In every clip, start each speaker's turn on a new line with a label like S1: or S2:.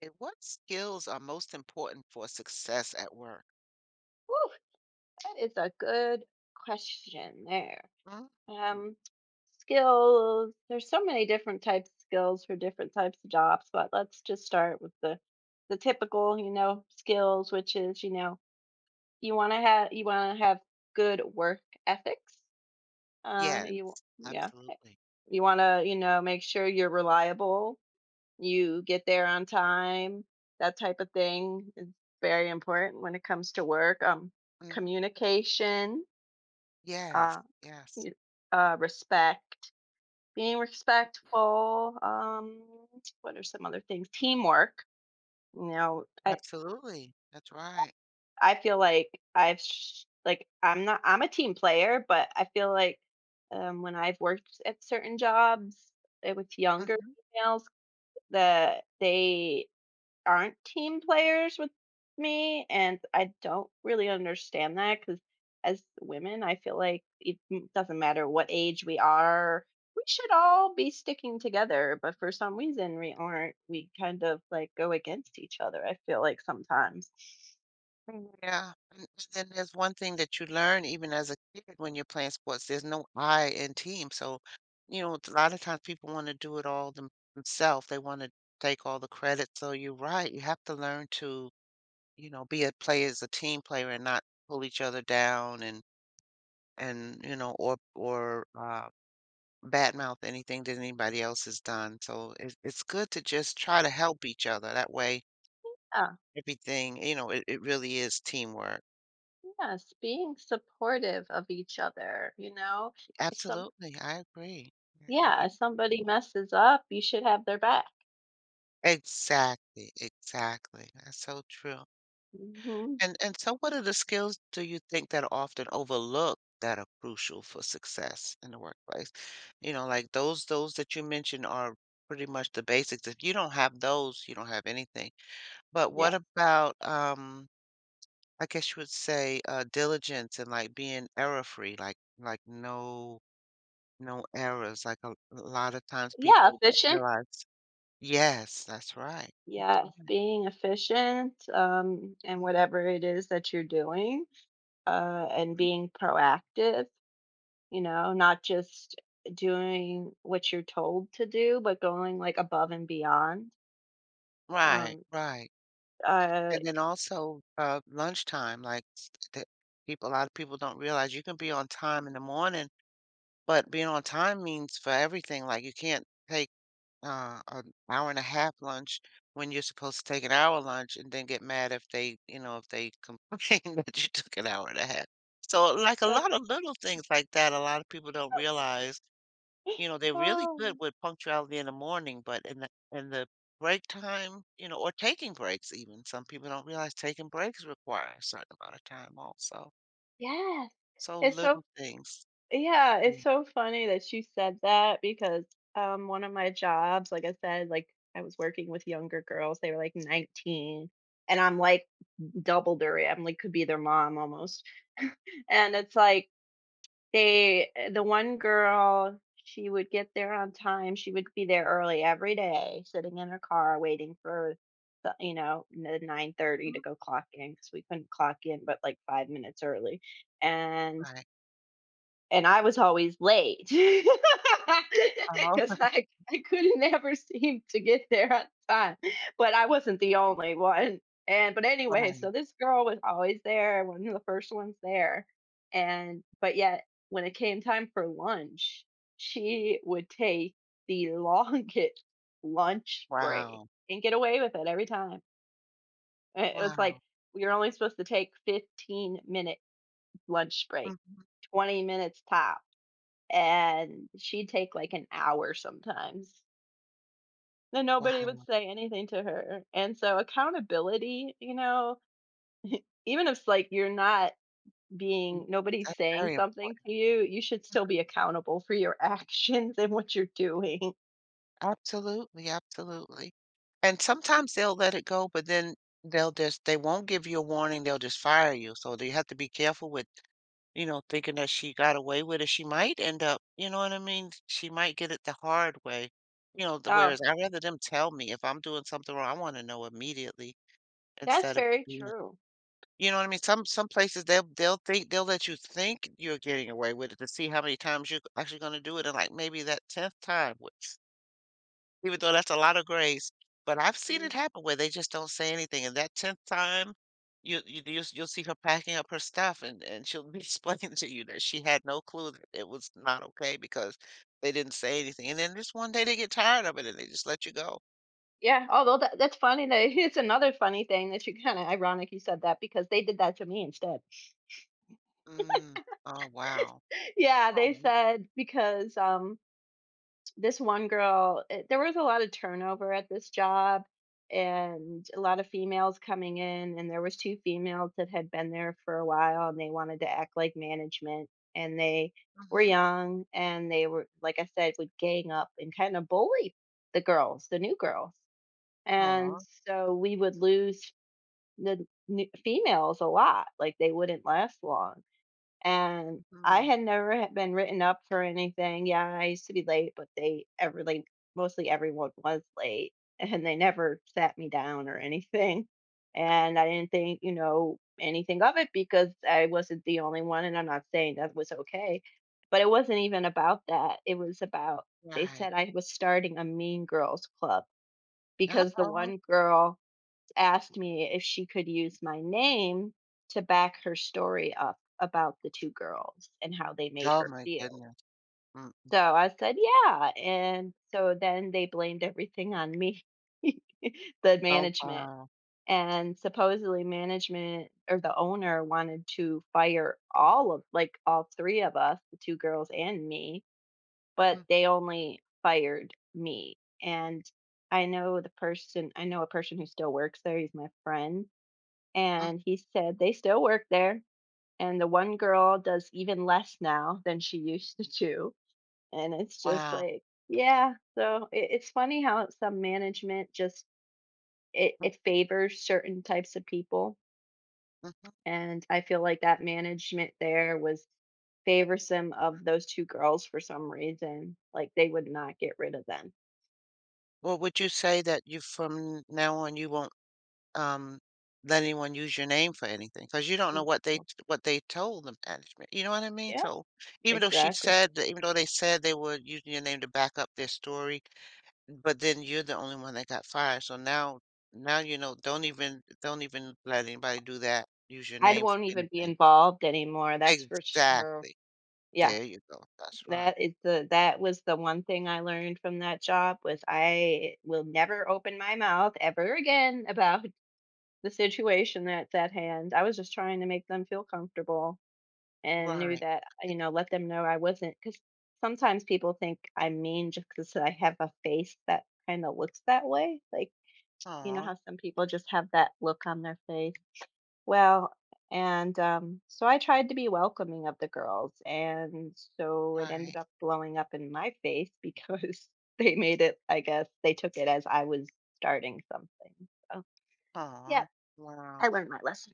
S1: Okay, what skills are most important for success at work?
S2: Woo, that is a good question there.
S1: Mhm.
S2: Um, Skills, there's so many different types of skills for different types of jobs, but let's just start with the typical, you know, skills, which is, you know, you want to have good work ethics.
S1: Yes,
S2: You yeah,
S1: absolutely.
S2: you want to, you know, make sure you're reliable, you get there on time, that type of thing is very important when it comes to work.
S1: Mhm.
S2: Communication.
S1: Yes,
S2: Uh,
S1: yes,
S2: you respect, being respectful, what are some other things? Teamwork, you know, I
S1: absolutely. That's right.
S2: I feel like I'm not I'm a team player, but I feel like, when I've worked at certain jobs, with younger
S1: Hmm.
S2: females, that they aren't team players with me, and I don't really understand that because as women, I feel like doesn't matter what age we are, we should all be sticking together. But for some reason, we aren't. We kind of like go against each other. I feel like sometimes.
S1: Yeah. And then there's one thing that you learn even as a kid when you're playing sports. There's no I in team. So, you know, a lot of times people want to do it all themselves. They want to take all the credit. So you're right. You have to learn to, you know, be a player as a team player and not pull each other down and you know or badmouth anything that anybody else has done, so it's good to just try to help each other that way.
S2: Yeah.
S1: Everything, you know, it really is teamwork.
S2: Yes, being supportive of each other. You know, if some
S1: Absolutely, I agree, I
S2: yeah,
S1: agree.
S2: if somebody messes up, you should have their back.
S1: Exactly, exactly, that's so true.
S2: Hmm
S1: And so what are the skills do you think that are often overlooked that are crucial for success in the workplace? You know, like those that you mentioned are pretty much the basics. If you don't have those, you don't have anything. But what
S2: Yes.
S1: about, I guess you would say, diligence and like being error free, like no errors. Like a lot of times
S2: Yeah,
S1: people don't
S2: efficient.
S1: realize. Yes, that's right. That's
S2: Yes,
S1: right.
S2: being efficient, and
S1: Mhm,
S2: whatever it is that you're doing, and
S1: mhm.
S2: being proactive, you know, not just doing what you're told to do, but going like above and beyond.
S1: Right,
S2: Um,
S1: right.
S2: uh,
S1: And then also lunchtime, that people, a lot of people don't realize you can be on time in the morning, but being on time means for everything. Like you can't take an hour and a half lunch when you're supposed to take an hour lunch and then get mad if they, you know, if they complain that you took an hour and a half. So, like a
S2: that's,
S1: lot of little things like that, a lot of people don't realize, you know, they're really
S2: oh,
S1: good with punctuality in the morning, but in the break time, you know, or taking breaks even. Some people don't realize taking breaks require a certain amount of time also.
S2: yes.
S1: So
S2: It's so,
S1: little things.
S2: yeah, it's
S1: Mhm.
S2: so funny that you said that because, one of my jobs, like I said, like I was working with younger girls, they were like 19. And I'm like, double their Emily could be their mom almost. And it's like the one girl, she would get there on time. She would be there early every day, sitting in her car waiting for the you know, the 9:30 to go clock in because we couldn't clock in but like 5 minutes early. And
S1: Right.
S2: and I was always late because
S1: Oh,
S2: I couldn't ever seem to get there on time. But I wasn't the only one. And but anyway, so
S1: right.
S2: this girl was always there, one of the first ones there. And but yet when it came time for lunch, she would take the longest lunch break
S1: Wow.
S2: and get away with it every time. It was like
S1: Wow.
S2: we were only supposed to take 15-minute lunch break,
S1: Mhm.
S2: 20 minutes tops, and she'd take like an hour sometimes, and nobody would
S1: Wow.
S2: say anything to her. And so accountability, you know, even if it's like you're not
S1: Mm,
S2: being nobody's
S1: that's
S2: saying
S1: very
S2: something
S1: important.
S2: to you, you should still be accountable for your actions and what you're doing.
S1: Absolutely, absolutely. And sometimes they'll let it go, but then they won't give you a warning, they'll just fire you. So you have to be careful with, you know, thinking that she got away with it. She might end up, you know what I mean? She might get it the hard way. You know, the
S2: Oh,
S1: whereas I'd rather them tell me if I'm doing something wrong, I want to know immediately
S2: that's
S1: instead of
S2: very
S1: being,
S2: true.
S1: you know what I mean? Some places they'll think they'll let you think you're getting away with it to see how many times you're actually going to do it, and like maybe that tenth time, which, even though that's a lot of grace, but I've seen
S2: Mm.
S1: it happen where they just don't say anything, and that 10th time, you'll see her packing up her stuff, and she'll be explaining to you that she had no clue that it was not okay because they didn't say anything, and then just one day they get tired of it, and they just let you go.
S2: Yeah, although that's funny that it's another funny thing that you kind of ironic you said that because they did that to me instead.
S1: Mm. Oh, wow.
S2: Yeah, they
S1: Aw.
S2: said because this one girl, there was a lot of turnover at this job, and a lot of females coming in, and there was two females that had been there for a while, and they wanted to act like management, and they were
S1: Mhm.
S2: young, and they were like I said would gang up and kind of bully the girls, the new girls. And
S1: Aw.
S2: so we would lose females a lot. Like they wouldn't last long, and I
S1: Mhm.
S2: had never had been written up for anything. Yeah, I used to be late, but they ever like mostly everyone was late, and they never sat me down or anything. And I didn't think, you know, anything of it because I wasn't the only one, and I'm not saying that was okay, but it wasn't even about that. It was about they
S1: Right.
S2: said I was starting a Mean Girls Club because the
S1: Uh-oh.
S2: one girl asked me if she could use my name to back her story up about the 2 girls and how they made
S1: Oh
S2: her
S1: my
S2: feel.
S1: goodness. Mm.
S2: So I said, "Yeah," and so then they blamed everything on me, the
S1: Oh,
S2: management,
S1: wow.
S2: and supposedly management or the owner wanted to fire all of like, all 3 of us, the 2 girls and me, but
S1: Mm,
S2: they only fired me, and I know a person who still works there, he's my friend,
S1: mm.
S2: and he said they still work there, and the one girl does even less now than she used to do, and it's just
S1: Wow.
S2: like yeah. So it's funny how some management just
S1: Mhm,
S2: it favors certain types of people,
S1: mhm.
S2: and I feel like that management there was favorsome of those two girls for some reason like they would not get rid of them.
S1: Well, would you say that you from now on you won't, um let anyone use your name for anything? Because you don't know
S2: Mm,
S1: what they,
S2: so,
S1: what they told the management. You know what I mean?
S2: yeah
S1: So even though she
S2: exactly.
S1: said that, even though they said they were using your name to back up their story, but then you're the only one that got fired, so now, now, you know, don't even let anybody do that, use your
S2: I
S1: name for
S2: won't even be
S1: anything.
S2: involved anymore, that's for sure.
S1: Exactly.
S2: Yeah.
S1: There you go, that's right.
S2: That is the that was the one thing I learned from that job was I will never open my mouth ever again about the situation that's at hand. I was just trying to make them feel comfortable and knew
S1: Right.
S2: that, you know, let them know I wasn't, because sometimes people think I'm mean just because I have a face that kind of looks that way. Like, you know
S1: Aw,
S2: how some people just have that look on their face. Well, and so I tried to be welcoming of the girls, and so it ended
S1: right.
S2: up blowing up in my face because they made it, I guess, they took it as I was starting something. So, yeah,
S1: Aw, wow.
S2: I learned my lesson.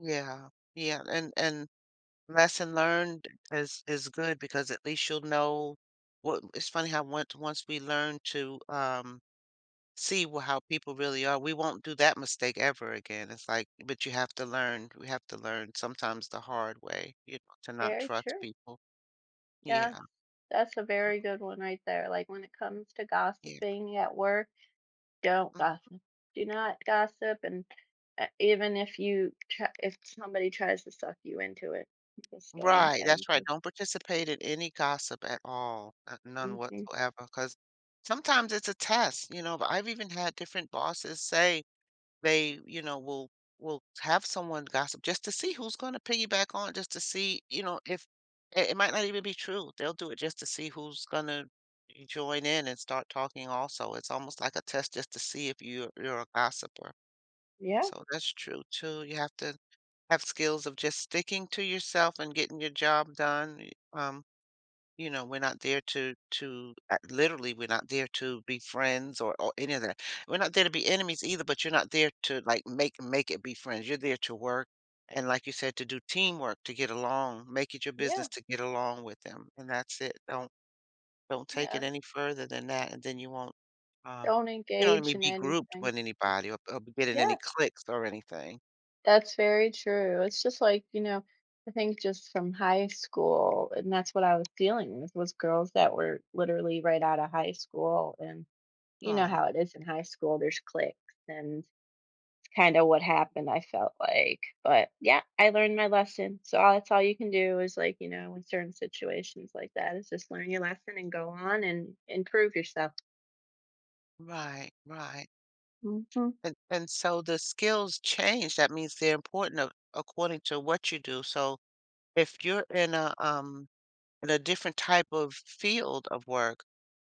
S1: Yeah, yeah, and lesson learned is good because at least you'll know what. It's funny how once we learn to, see how people really are. We won't do that mistake ever again. It's like, but you have to learn. We have to learn sometimes the hard way, you know, to not
S2: Very
S1: trust
S2: true.
S1: people.
S2: Yes.
S1: Yeah,
S2: That's a very good one right there. Like when it comes to
S1: yeah.
S2: gossiping at work, don't
S1: Mm.
S2: gossip. Do not gossip. And even if you try, if somebody tries to suck you into it, just don't even
S1: Right,
S2: say
S1: that's right. Don't participate in any gossip at all, none
S2: anything. Hmm
S1: whatsoever, because sometimes it's a test, you know. But I've even had different bosses say, they, you know, will have someone gossip just to see who's gonna piggyback on, just to see, you know, if it might not even be true. They'll do it just to see who's gonna join in and start talking also. It's almost like a test just to see if you're a gossiper.
S2: Yeah.
S1: So that's true too. You have to have skills of just sticking to yourself and getting your job done. You know, we're not there to literally, we're not there to be friends or any of that. We're not there to be enemies either, but you're not there to like make it be friends. You're there to work and like you said, to do teamwork, to get along, make it your business
S2: Yeah,
S1: to get along with them. And that's it. Don't take
S2: yeah.
S1: it any further than that, and then you won't, um,
S2: Don't
S1: you know what I
S2: engage
S1: mean,
S2: in
S1: be grouped
S2: anything.
S1: with anybody or get in any
S2: Yes,
S1: cliques or anything.
S2: that's very true. It's just like, you know, I think just from high school, and that's what I was dealing with was girls that were literally right out of high school. And you know
S1: Oh,
S2: how it is in high school, there's cliques and kind of what happened, I felt like. But yeah, I learned my lesson. So all, that's all you can do is like, you know, in certain situations like that is just learn your lesson and go on and improve yourself.
S1: right, right.
S2: Hmm
S1: And so the skills change. That means they're important of according to what you do. So if you're in a different type of field of work,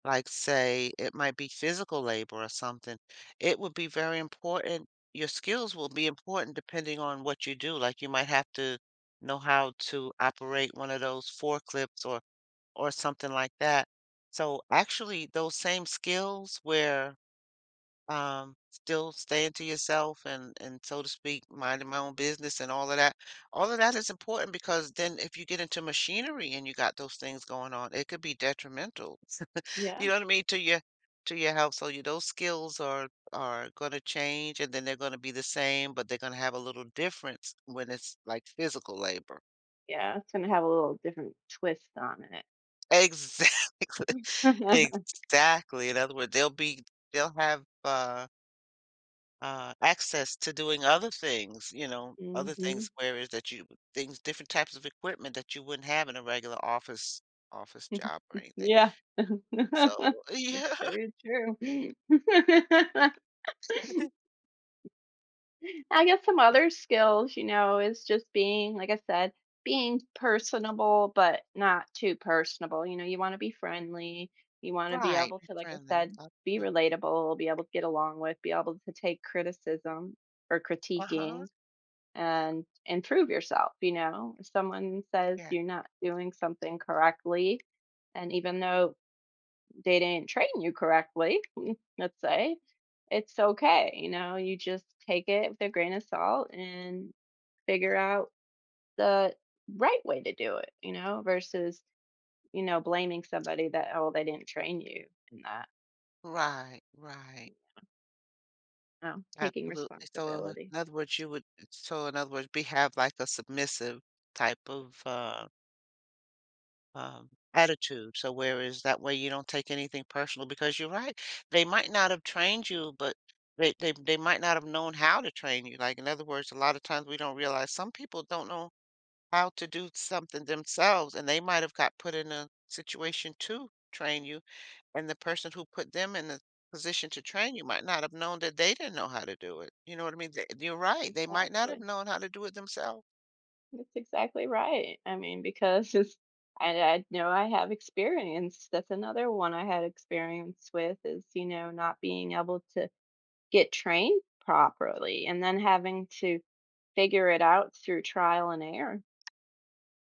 S1: like say it might be physical labor or something, it would be very important. Your skills will be important depending on what you do. Like you might have to know how to operate one of those forklifts or something like that. So actually those same skills where, still staying to yourself and so to speak, minding my own business and all of that. All of that is important because then if you get into machinery and you got those things going on, it could be detrimental.
S2: Yeah.
S1: You know what I mean? To your health. So you, those skills are going to change and then they're going to be the same, but they're going to have a little difference when it's like physical labor.
S2: Yeah, it's gonna have a little different twist on it.
S1: Exactly. Exactly. In other words, they'll be, they'll have access to doing other things, you know, other
S2: Mhm.
S1: things where is that you things different types of equipment that you wouldn't have in a regular office job or anything.
S2: Yeah.
S1: So,
S2: That's very true.
S1: yeah.
S2: I guess some
S1: Yeah.
S2: other skills, you know, is just being, like I said, being personable, but not too personable. You know, you wanna be friendly, you wanna be
S1: Right,
S2: able
S1: be
S2: to, like I
S1: friendly.
S2: said, be
S1: Absolutely.
S2: relatable, be able to get along with, be able to take criticism or
S1: Uh-huh.
S2: critiquing. And improve yourself. You know, if someone says
S1: Yeah.
S2: you're not doing something correctly, and even though they didn't train you correctly, let's say, it's okay. You know, you just take it with a grain of salt and figure out the right way to do it, you know, versus, you know, blaming somebody that, oh, they didn't train you in that.
S1: Right, right.
S2: No, taking
S1: Absolutely. So
S2: responsibility.
S1: in other words, you would, so in other words, we have like a submissive type of attitude. So whereas that way you don't take anything personal because you're right. They might not have trained you, but they might not have known how to train you. Like in other words, a lot of times we don't realize some people don't know how to do something themselves, and they might have got put in a situation to train you, and the person who put them in the position to train you might not have known that they didn't know how to do it. You know what I mean? They, you're right. They might not have
S2: Exactly.
S1: known how to do it themselves.
S2: That's exactly right. I mean, because it's, I know I have experience. That's another one I had experience with is, you know, not being able to get trained properly and then having to figure it out through trial and error.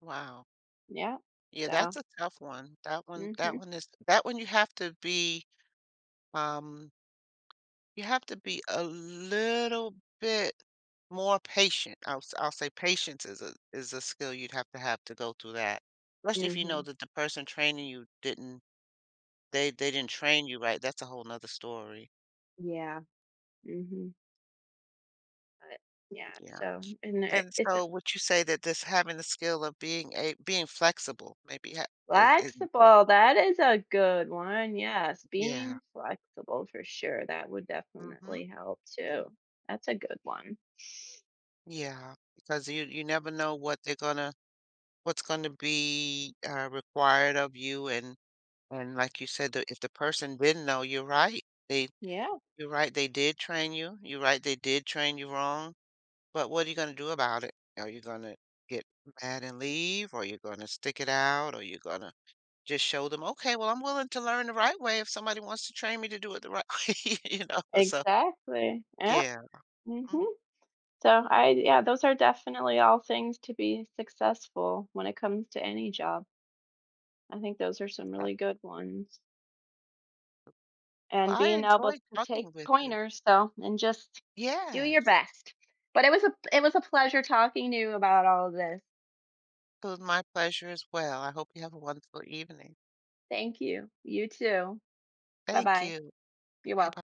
S1: Wow.
S2: Yeah.
S1: Yeah, that's
S2: So,
S1: a tough one. That
S2: mhm.
S1: one is that one you have to be, um, you have to be a little bit more patient. I'll say patience is a skill you'd have to go through that, especially if you know
S2: Mhm.
S1: that the person training you didn't, they didn't train you right, that's a whole 'nother story.
S2: Yeah. Mhm. But yeah,
S1: Yeah,
S2: so and
S1: and
S2: it's
S1: so would you say that this having the skill of being flexible maybe ha, is important?
S2: flexible, that is a good one, yes,
S1: Yeah.
S2: being flexible for sure, that would
S1: Mhm,
S2: definitely help too.
S1: mhm.
S2: That's a good one.
S1: Yeah, because you never know what they're gonna, what's going to be required of you and like you said the, if the person didn't know you're right they,
S2: Yeah,
S1: you're right they did train you, you're right they did train you wrong, but what are you going to do about it? Are you going to get mad and leave or you're going to stick it out or you're going to just show them okay well I'm willing to learn the right way if somebody wants to train me to do it the right way, you know so
S2: exactly. Yeah.
S1: yeah. Mm,
S2: mhm. So I yeah, those are definitely all things to be successful when it comes to any job. I think those are some
S1: I-
S2: really good ones,
S1: well
S2: and
S1: I
S2: being able
S1: enjoyed
S2: to take
S1: talking with you,
S2: pointers, so and just do your
S1: yes
S2: best. But it was a pleasure talking to you about all of this.
S1: it was my pleasure as well, I hope you have a wonderful evening.
S2: Thank you. You too.
S1: Thank
S2: Bye-bye.
S1: you.
S2: You're
S1: Hey,
S2: welcome.
S1: bye.